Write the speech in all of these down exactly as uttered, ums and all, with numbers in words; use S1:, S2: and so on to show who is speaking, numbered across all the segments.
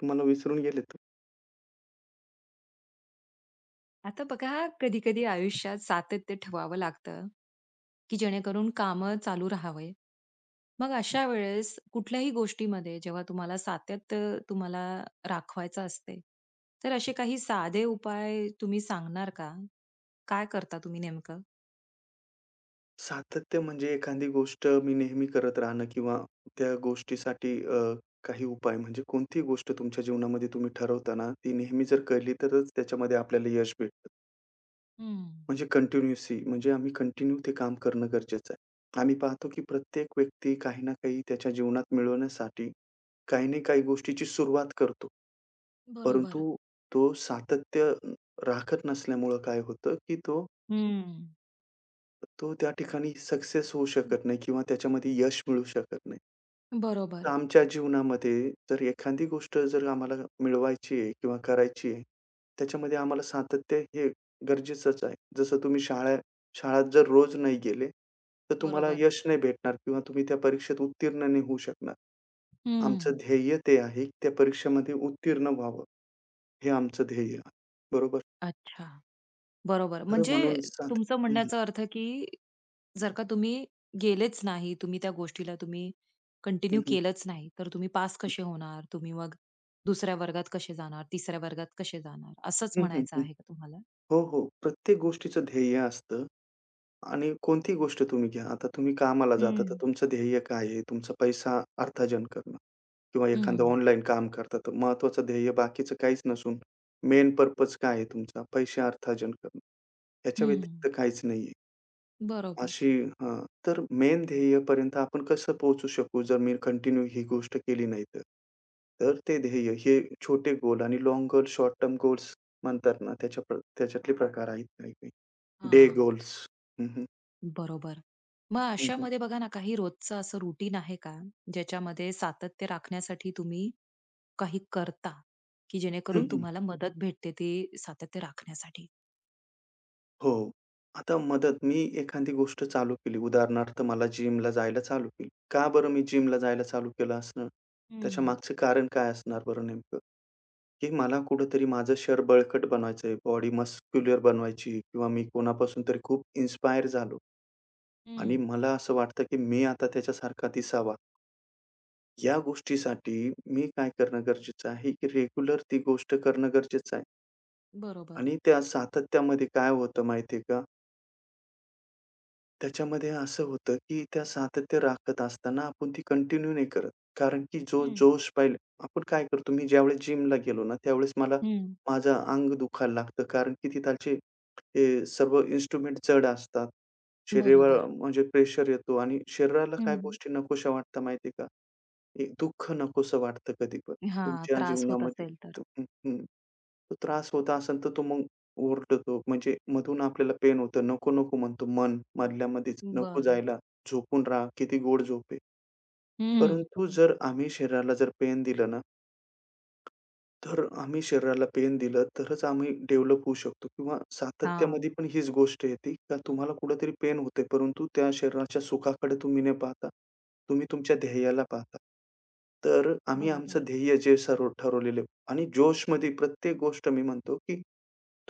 S1: तुम्हाला विसरून गेलेत.
S2: आता बघा, कधी-कधी आयुष्यात सातत्य ठेवावं लागतं, की जेणेकरून कामं चालू राहावे. मग अशा वेळेस कुठल्याही गोष्टीमध्ये जेव्हा तुम्हाला सातत्य तुम्हाला राखवायचं असते, तर असे काही साधे उपाय तुम्ही सांगणार का? काय करता तुम्ही नेमकं?
S1: सातत्य म्हणजे एखादी गोष्ट मी नेहमी करत राहणं किंवा त्या गोष्टीसाठी अ, काही उपाय म्हणजे कोणतीही गोष्ट तुमच्या जीवनामध्ये तुम्ही ठरवताना ती नेहमी जर केली तरच त्याच्यामध्ये आपल्याला यश भेटतं.
S2: हं.
S1: म्हणजे कंटिन्यूसी म्हणजे आम्ही कंटिन्यू ते काम करणं गरजेचं आहे. आम्ही पाहतो की प्रत्येक व्यक्ती काही ना काही त्याच्या जीवनात मिळवण्यासाठी काही ना काही गोष्टीची सुरुवात करतो.
S2: बरोबर.
S1: परंतु तो सातत्य राखत नसल्यामुळं काय होतं, की तो
S2: हं.
S1: तो त्या ठिकाणी सक्सेस होऊ शकत नाही किंवा त्याच्यामध्ये यश मिळू शकत नाही. तर
S2: बरोबर,
S1: आमच्या जीवनामध्ये जर एखादी गोष्ट जर आम्हाला मिळवायची आहे किंवा करायची आहे, त्याच्यामध्ये आम्हाला सातत्य हे गरजेचंच आहे. जसं तुम्ही शाळा शाळेत जर रोज नाही गेले, तर तुम्हाला
S2: बरोबर.
S1: यश नाही भेटणार किंवा तुम्ही त्या परीक्षेत उत्तीर्ण नाही होऊ शकणार. आमचं
S2: हं.
S1: ध्येय ते आहे, की त्या परीक्षेमध्ये उत्तीर्ण व्हावं, हे आमचं ध्येय आहे. बरोबर.
S2: अच्छा. बरोबर.
S1: तर
S2: म्हणजे
S1: म्हणून सात
S2: तुमचं
S1: हं, हं.
S2: म्हणण्याचा अर्थ, की जर का तुम्ही गेलेच नाही, तुम्ही त्या गोष्टीला तुम्ही
S1: हं,
S2: कंटिन्यू
S1: हं.
S2: केलंच नाही, तर तुम्ही पास कसे होणार? तुम्ही मग दुसऱ्या वर्गात कसे जाणार? तिसऱ्या वर्गात कसे जाणार? असंच
S1: हं,
S2: म्हणायचं
S1: हं,
S2: आहे का तुम्हाला?
S1: हो, हो. प्रत्येक गोष्टीचं ध्येय असतं. आणि कोणतीही गोष्ट तुम्ही घ्या. आता तुम्ही कामाला जाता, तर
S2: हं.
S1: तुमचं ध्येय काय आहे? तुमचा पैसा अर्थार्जन करणं किंवा एखादं
S2: हं,
S1: ऑनलाईन काम करता, तर महत्त्वाचं ध्येय बाकीचं काहीच नसून मेन पर्पज काय आहे तुमचा? पैसे अर्थार्जन करणं. याच्या
S2: हं.
S1: व्यतिरिक्त काहीच नाहीये.
S2: बरोबर.
S1: अशी हां, तर मेन ध्येयपर्यंत आपण कसं पोहोचू शकू? जर मी कंटिन्यू ही गोष्ट केली नाही तर. तर ते ध्येय हे छोटे गोल आणि long goal, short term goals म्हणतात ना, त्याच्या प्र- त्याच्यातले प्रकार आहेत काही-काही. डे
S2: हां,
S1: गोल्स.
S2: बरोबर. मग अशामध्ये बघा ना, काही रोजचं असं रुटीन आहे का, ज्याच्यामध्ये सातत्य राखण्यासाठी तुम्ही काही करता, की
S1: हं,
S2: जेणेकरून
S1: हं.
S2: तुम्हाला मदत भेटते ते सातत्य राखण्यासाठी?
S1: हो. आता मदत मी एखादी गोष्ट चालू केली. उदाहरणार्थ मला जिमला जायला चालू केली. का बरं मी जिमला जायला चालू केलं असणार?
S2: हं,
S1: त्याच्यामागचं कारण काय असणार बरं नेमकं? की मला कुठेतरी माझं शरीर बळकट बनवायचं बॉडी मस्क्युलर बनवायची किंवा मी कोणापासून तरी खूप इन्स्पायर झालो आणि
S2: हं.
S1: मला असं वाटतं की मी आता त्याच्यासारखा दिसावा. या गोष्टीसाठी मी काय करणं गरजेचं आहे, की रेग्युलर ती गोष्ट करणं गरजेचं आहे
S2: बरोबर.
S1: आणि त्या सातत्यामध्ये काय होतं माहिती का त्याच्यामध्ये असं होतं, की त्या सातत्य राखत असताना आपण ती कंटिन्यू नाही करत. कारण की जो
S2: हं.
S1: जोश पाहिलं आपण काय करतो, मी ज्यावेळेस जिमला गेलो ना, त्यावेळेस मला
S2: हं,
S1: माझं अंग दुखायला लागतं. कारण की तिथालचे हे सर्व इन्स्ट्रुमेंट जड असतात.
S2: बरोबर.
S1: शरीरावर म्हणजे प्रेशर येतो आणि शरीराला काय
S2: हं.
S1: गोष्टी नकोशा वाटतात माहिती का? एक दुःख नकोसं वाटतं कधी पण
S2: हां,
S1: तुमच्या
S2: त्रास होत
S1: जीवनामध्ये.
S2: असेल तर.
S1: तर हं, हं. तो त्रास होत असेल तर तो मग ओरडतो, म्हणजे मधून आपल्याला पेन होतं. नको-नको म्हणतो मन मधल्यामध्येच, नको
S2: बर
S1: जायला, झोपून राहा, किती गोड झोप आहे.
S2: हं.
S1: परंतु जर आम्ही शरीराला जर पेन दिलं ना, तर आम्ही शरीराला पेन दिलं, तरच आम्ही डेव्हलप होऊ शकतो किंवा सातत्यामध्ये
S2: हां,
S1: पण हीच गोष्ट येते का तुम्हाला कुठेतरी पेन होते, परंतु त्या शरीराच्या सुखाकडे तुम्ही न पाहता, तुम्ही तुमच्या ध्येयाला पाहता. तर आम्ही
S2: बरोबर.
S1: आमचं ध्येय जे सर्व ठरवलेलं आणि जोशमध्ये प्रत्येक गोष्ट मी म्हणतो, की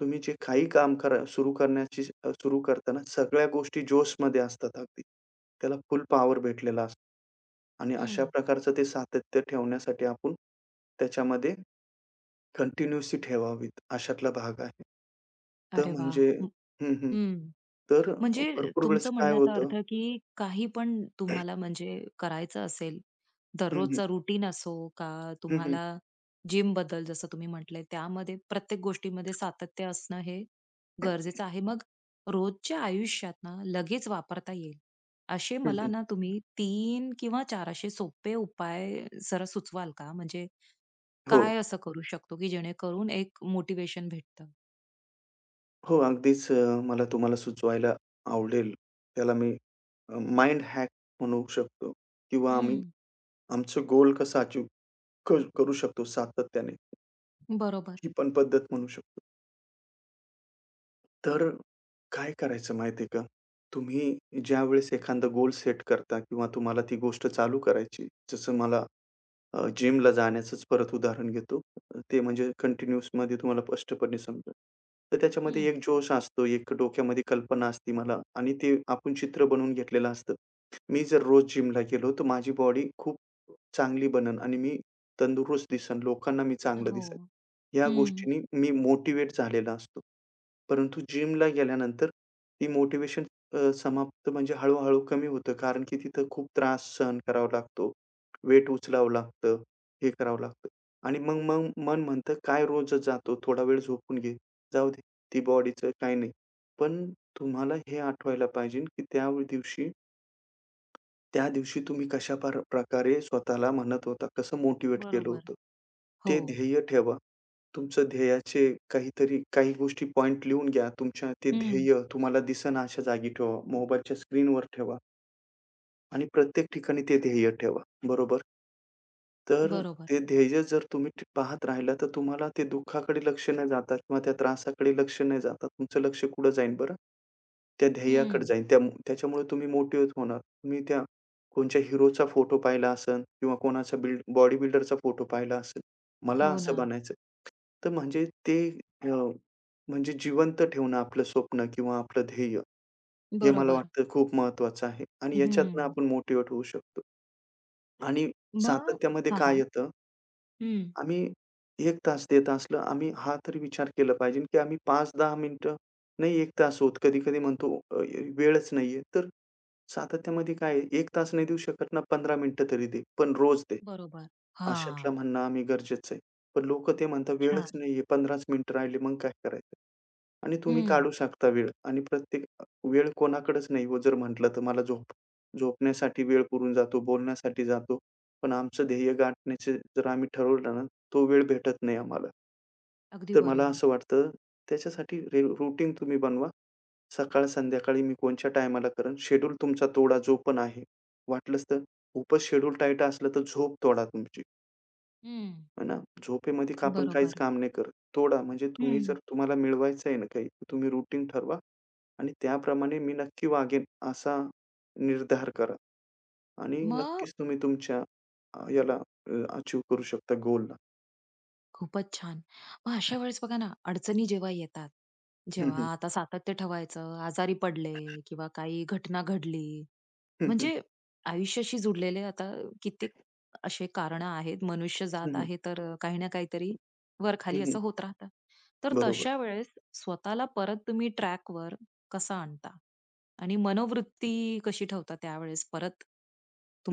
S1: तुम्ही जे काही काम करा सुरू करण्याची अ, सुरू करताना सगळ्या गोष्टी जोशमध्ये असतात अगदी. त्याला फुल पॉवर भेटलेला असतो आणि अशा
S2: हं.
S1: प्रकारचं ते सातत्य ठेवण्यासाठी आपण त्याच्यामध्ये कंटिन्यूसी ठेवावीत, अशातला भाग आहे. तर
S2: अरे वाह!
S1: म्हणजे
S2: हं.
S1: हं, हं.
S2: हं.
S1: तर
S2: म्हणजे
S1: भरपूर वेळेस
S2: तुमचं
S1: काय
S2: म्हणण्याचा
S1: होतं
S2: अर्थ की काही पण तुम्हाला म्हणजे करायचं असेल,
S1: हं, हं.
S2: दररोजचा रुटीन असो का,
S1: हं, हं.
S2: तुम्हाला जिमबद्दल जसं तुम्ही म्हटले, त्यामध्ये प्रत्येक गोष्टीमध्ये सातत्य असणं हे गरजेचं आहे. मग रोजच्या आयुष्यात ना लगेच वापरता येईल, असे
S1: हं,
S2: मला
S1: हं.
S2: ना तुम्ही तीन किंवा चार असे सोपे उपाय जरा सुचवाल का? म्हणजे
S1: हो,
S2: काय असं करू शकतो, की जेणेकरून एक मोटिवेशन भेटतं?
S1: हो. अगदीच अ, मला तुम्हाला सुचवायला आवडेल. त्याला मी अ, माइंड हॅक म्हणू शकतो किंवा आम्ही
S2: हं.
S1: आमचं गोल कसं अचीव्ह क करू शकतो सातत्याने,
S2: बरोबर.
S1: ही पण पद्धत म्हणू शकतो. तर काय करायचं माहिती आहे का? तुम्ही ज्यावेळेस एखादा गोल सेट करता किंवा तुम्हाला ती गोष्ट चालू करायची, जसं मला अ, जिमला जाण्याचंच परत उदाहरण घेतो. ते म्हणजे कंटिन्यूअसमध्ये तुम्हाला स्पष्टपणे समजेल. तर त्याच्यामध्ये
S2: हं.
S1: एक जोश असतो, एक डोक्यामध्ये कल्पना असते मला आणि ते आपण चित्र बनवून घेतलेलं असतं. मी जर रोज जिमला गेलो, तर माझी बॉडी खूप चांगली बनन आणि मी तंदुरुस्त दिसेन, लोकांना मी चांगलं
S2: हो.
S1: दिसेन. या
S2: हं.
S1: गोष्टींनी मी मोटिव्हेट झालेला असतो. परंतु जिमला गेल्यानंतर ती मोटिव्हेशन समाप्त म्हणजे हळू कमी होतं कारण की तिथं खूप त्रास सहन करावा लागतो. वेट उचलावं लागतं, हे करावं लागतं. आणि मग मग मन म्हणतं, "काय रोज जातो, थोडा वेळ झोपून घे. जाऊ दे, ती बॉडीचं काही नाही." पण तुम्हाला हे आठवायला पाहिजे, की त्या दिवशी त्या दिवशी तुम्ही कशा पार प्रकारे स्वतःला म्हणत होता, कसं मोटिव्हेट केलं
S2: बरोबर.
S1: होतं.
S2: हो.
S1: ते ध्येय ठेवा. तुमचं ध्येयाचे काहीतरी काही गोष्टी पॉइंट लिहून घ्या. तुमच्या ते
S2: हं.
S1: ध्येय तुम्हाला दिसेना अशा जागी ठेवा. मोबाईलच्या स्क्रीनवर ठेवा. आणि प्रत्येक ठिकाणी ते ध्येय ठेवा. बरोबर. तर
S2: बरोबर.
S1: ते ध्येय जर तुम्ही ठ पाहत राहिला, तर तुम्हाला ते दुःखाकडे लक्ष न जाता किंवा त्या त्रासाकडे लक्ष न जाता तुमचं लक्ष कुठं जाईल बरं? त्या ध्येयाकडे
S2: हं.
S1: जाईल. त्या त्याच्यामुळे तुम्ही मोटिव्हेट होणार. तुम्ही त्या कोणच्या हिरोचा फोटो पाहिला असेल किंवा कोणाचा बिल्ड बॉडी बिल्डरचा फोटो पाहिला असेल. मला
S2: हो
S1: असं
S2: ना.
S1: बनायचं. तर म्हणजे ते अ, म्हणजे जिवंत ठेवणं आपलं स्वप्न किंवा आपलं ध्येय. हे मला
S2: बरोबर.
S1: वाटतं खूप महत्वाचं आहे आणि याच्यातनं
S2: हं.
S1: आपण मोटिव्हेट होऊ शकतो आणि
S2: मग
S1: सातत्यामध्ये
S2: हां,
S1: काय
S2: हां.
S1: येतं,
S2: हं.
S1: आम्ही एक तास देत असलं, आम्ही हा तरी विचार केला पाहिजे, की आम्ही पाच ते दहा मिनिटं नाही एक तास होत. कधी-कधी म्हणतो अ, वेळच नाहीये. तर सातत्यामध्ये काय आहे, एक तास नाही देऊ शकत ना पंधरा मिनिटं तरी दे, पण रोज दे.
S2: बरोबर.
S1: अशातलं
S2: हां.
S1: म्हणणं आम्ही गरजेचं आहे. पण लोक ते म्हणतात वेळच
S2: छान.
S1: नाहीये, 15च मिनिटं राहिले मग काय करायचं? आणि तुम्ही
S2: हं.
S1: काढू शकता वेळ आणि प्रत्येक वेळ कोणाकडेच नाही हो जर म्हटलं तर मला झोप झोपण्यासाठी वेळ पुरून जातो, बोलण्यासाठी जातो. पण आमचं ध्येय गाठण्याचे जर आम्ही ठरवलं ना तो वेळ भेटत नाही आम्हाला.
S2: अगदी
S1: तर मला
S2: बरोबर.
S1: असं वाटतं त्याच्यासाठी रे रुटीन तुम्ही बनवा. सकाळ-संध्याकाळी मी कोणच्या टायमाला करेन, शेड्यूल तुमचा तोडा जो पण आहे. वाटलंच तर खूपच शेड्यूल टाईट असलं तर झोप तोडा तुमची,
S2: हं.
S1: आहे ना. झोपेमध्ये का आपण काहीच
S2: बरोबर.
S1: काम नाही करत. तोडा म्हणजे तुम्ही
S2: हं.
S1: जर तुम्हाला मिळवायचं आहे ना काही, तर तुम्ही रुटीन ठरवा आणि त्याप्रमाणे मी नक्की वागेन असा निर्धार करा आणि
S2: मग
S1: नक्कीच तुम्ही तुमच्या अ, याला अ, करू शकता गोलला.
S2: खूपच छान. मग अशा वेळेस बघा ना, अडचणी जेव्हा येतात,
S1: हं, हं.
S2: जेव्हा आता सातत्य ठेवायचं, आजारी पडले किंवा काही घटना घडली,
S1: हं, हं.
S2: म्हणजे आयुष्याशी जुडलेले आता कित्येक असे कारण आहेत. मनुष्य
S1: हं,
S2: जात
S1: हं.
S2: आहे तर अ, काही ना काहीतरी वर-खाली
S1: हं, हं.
S2: असं होत राहतं. तर
S1: बरोबर.
S2: तशा वेळेस स्वतःला परत तुम्ही ट्रॅकवर कसा आणता? आणि मनोवृत्ती कशी ठेवता त्यावेळेस परत?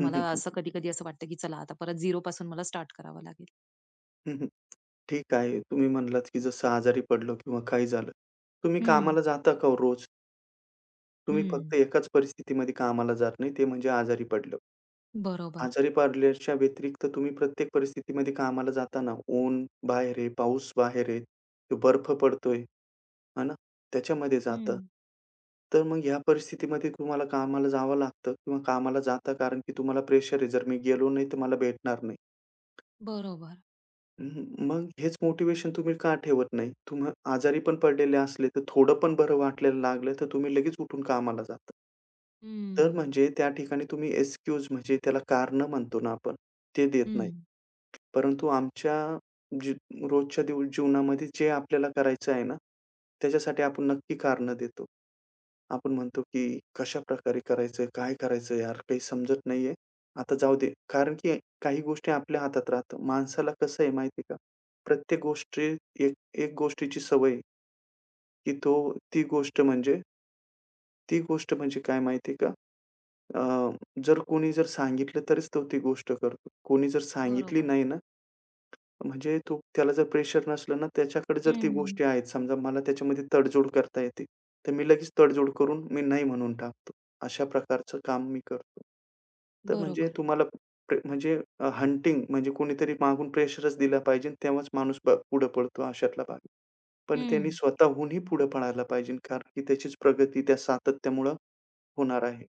S1: हं, हं, हं.
S2: असं कधी-कधी असं वाटतं की चला आता परत झिरोपासून मला स्टार्ट करावं लागेल?
S1: हं, हं. ठीक आहे. तुम्ही म्हणलात, की जसं आजारी पडलो किंवा काही झालं. तुम्ही
S2: हं.
S1: कामाला जाता का हो रोज? तुम्ही फक्त
S2: हं.
S1: एकाच परिस्थितीमध्ये कामाला जात नाही, ते म्हणजे आजारी पडलं.
S2: बरोबर.
S1: आजारी पडल्याच्या व्यतिरिक्त तुम्ही प्रत्येक परिस्थितीमध्ये कामाला जाताना ऊन बाहेर आहे, पाऊस बाहेर आहे, तो बर्फ पडतोय, है ना? त्याच्यामध्ये
S2: हं.
S1: जाता. तर मग ह्या परिस्थितीमध्ये तुम्हाला कामाला जावं लागतं किंवा कामाला जाता कारण की तुम्हाला प्रेशर आहे. जर मी गेलो नाही तर मला भेटणार नाही.
S2: बरोबर.
S1: हं, मग हेच मोटिव्हेशन तुम्ही का ठेवत नाही? तुम्ही आजारी पण पडलेले असले, तर थोडं पण बरं वाटायला लागलं, तर तुम्ही लगेच उठून कामाला जाता.
S2: हं.
S1: तर म्हणजे त्या ठिकाणी तुम्ही एक्सक्यूज म्हणजे त्याला कारणं म्हणतो ना आपण, ते देत नाही.
S2: हं.
S1: परंतु आमच्या जी रोजच्या दिव जीवनामध्ये जे आपल्याला करायचं आहे ना, त्याच्यासाठी आपण नक्की कारणं देतो. आपण म्हणतो, की कशा कशाप्रकारे करायचं? काय करायचं यार? काही समजत नाहीये. आता जाऊ दे. कारण की काही गोष्टी आपल्या हातात राहतात. माणसाला कसं आहे माहिती आहे का? प्रत्येक गोष्टी एक एक गोष्टीची सवय आहे, की तो ती गोष्ट म्हणजे ती गोष्ट म्हणजे काय माहिती आहे का? अ, जर कोणी जर सांगितलं तरच तो ती गोष्ट करतो. कोणी जर सांगितली
S2: बरोबर.
S1: नाही ना म्हणजे तो त्याला जर प्रेशर नसलं ना, त्याच्याकडे जर ती
S2: हं.
S1: गोष्टी आहेत, समजा मला त्याच्यामध्ये तडजोड करता येते, तर मी लगेच तडजोड करून मी नाही म्हणून टाकतो. अशा प्रकारचं काम मी करतो. तर म्हणजे
S2: बरोबर.
S1: तुम्हाला प्रे म्हणजे हंटिंग म्हणजे कोणीतरी मागून प्रेशरच दिला पाहिजे, तेव्हाच माणूस प पुढे पळतो अशातला भाग. पण त्यांनी
S2: हं.
S1: स्वतःहूनही पुढे पळायला पाहिजे, कारण की त्याचीच प्रगती त्या सातत्यामुळं होणार आहे.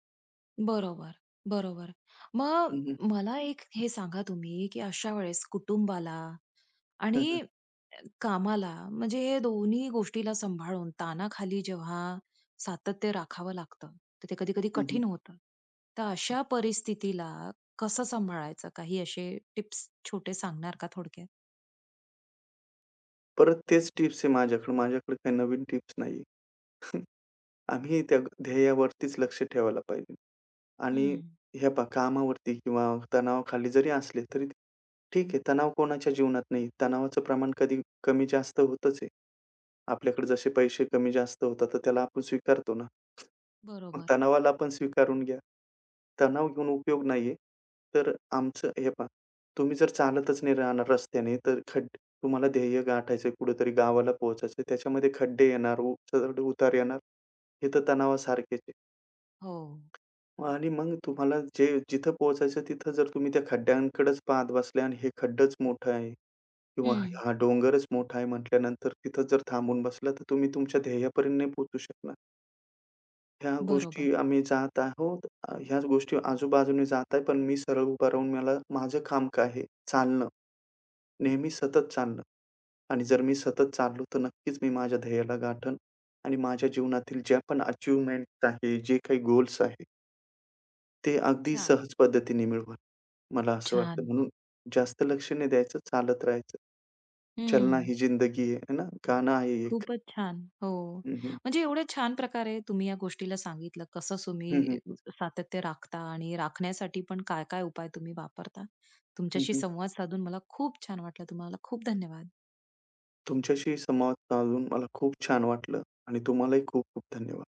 S2: बरोबर, बरोबर. मग
S1: हं, हं.
S2: मला एक हे सांगा तुम्ही, की अशा वेळेस कुटुंबाला
S1: हं,
S2: आणि
S1: हं.
S2: कामाला म्हणजे हे दोन्ही गोष्टीला सांभाळून तानाखाली जेव्हा सातत्य राखावं लागतं, तर ते कधी-कधी कठीण होतं. तर अशा परिस्थितीला कसं सांभाळायचं? काही असे टिप्स छोटे सांगणार का थोडक्यात?
S1: परत तेच टिप्स आहे माझ्याकडे. माझ्याकडे काही नवीन टिप्स नाहीये. आम्ही त्या ध्येयावरतीच लक्ष ठेवायला पाहिजे. आणि
S2: हं.
S1: हे पहा कामावरती किंवा तणावाखाली जरी असले तरी ठीक आहे, तणाव कोणाच्या जीवनात नाही. तणावाचं प्रमाण कधी कमी-जास्त होतच आहे. आपल्याकडे जसे पैसे कमी-जास्त होतात, तर त्याला आपण स्वीकारतो ना. मग
S2: बरोबर.
S1: तणावाला पण स्वीकारून घ्या. तणाव घेऊन उपयोग नाहीये. तर आमचं हे पहा, तुम्ही जर चालतच नाही राहणार रस्त्याने, तर खड्डे तुम्हाला ध्येय गाठायचंय, कुठेतरी गावाला पोहोचायचं त्याच्यामध्ये खड्डे येणार, उ चढ-उतार येणार. हे तर तणावासारखेच आहे.
S2: हो.
S1: आणि मग तुम्हाला जे जिथं पोहोचायचं तिथं जर तुम्ही त्या खड्ड्यांकडेच पाहत बसले आणि हे खड्डंच मोठं आहे. किंवा
S2: हं.
S1: हा डोंगरच मोठा आहे म्हटल्यानंतर तिथं जर थांबून बसला, तर तुम्ही तुमच्या ध्येयापर्यंत नाही पोहोचू शकणार. ह्या
S2: बरोबर.
S1: गोष्टी आम्ही जात आहोत. अ, ह्याच गोष्टी आजूबाजूने जात आहे, पण मी सरळ उभा राहून मला माझं काम काय आहे? चालणं. नेहमी सतत चालणं आणि जर मी सतत चाललो, तर नक्कीच मी माझ्या ध्येयाला गाठेन आणि माझ्या जीवनातील ज्या पण अचीव्हमेंट आहे, जे काही गोल्स आहे, ते अगदी
S2: छान.
S1: सहज पद्धतीने मिळवेन. मला असं वाटतं.
S2: छान.
S1: म्हणून जास्त लक्ष नाही द्यायचं, चालत राहायचं. चलना
S2: हं.
S1: ही जिंदगी आहे है ना, गाणं आहे एक.
S2: खूपच छान. हो.
S1: हं, हं.
S2: म्हणजे एवढ्या छान प्रकारे तुम्ही या गोष्टीला सांगितलं, कसं
S1: हं, हं.
S2: तुम्ही सातत्य राखता आणि राखण्यासाठी पण काय-काय उपाय तुम्ही वापरता.
S1: हं,
S2: तुमच्याशी
S1: हं.
S2: संवाद साधून मला खूप छान वाटलं. तुम्हाला खूप धन्यवाद.
S1: तुमच्याशी संवाद साधून मला खूप छान वाटलं आणि तुम्हालाही खूप खूप धन्यवाद.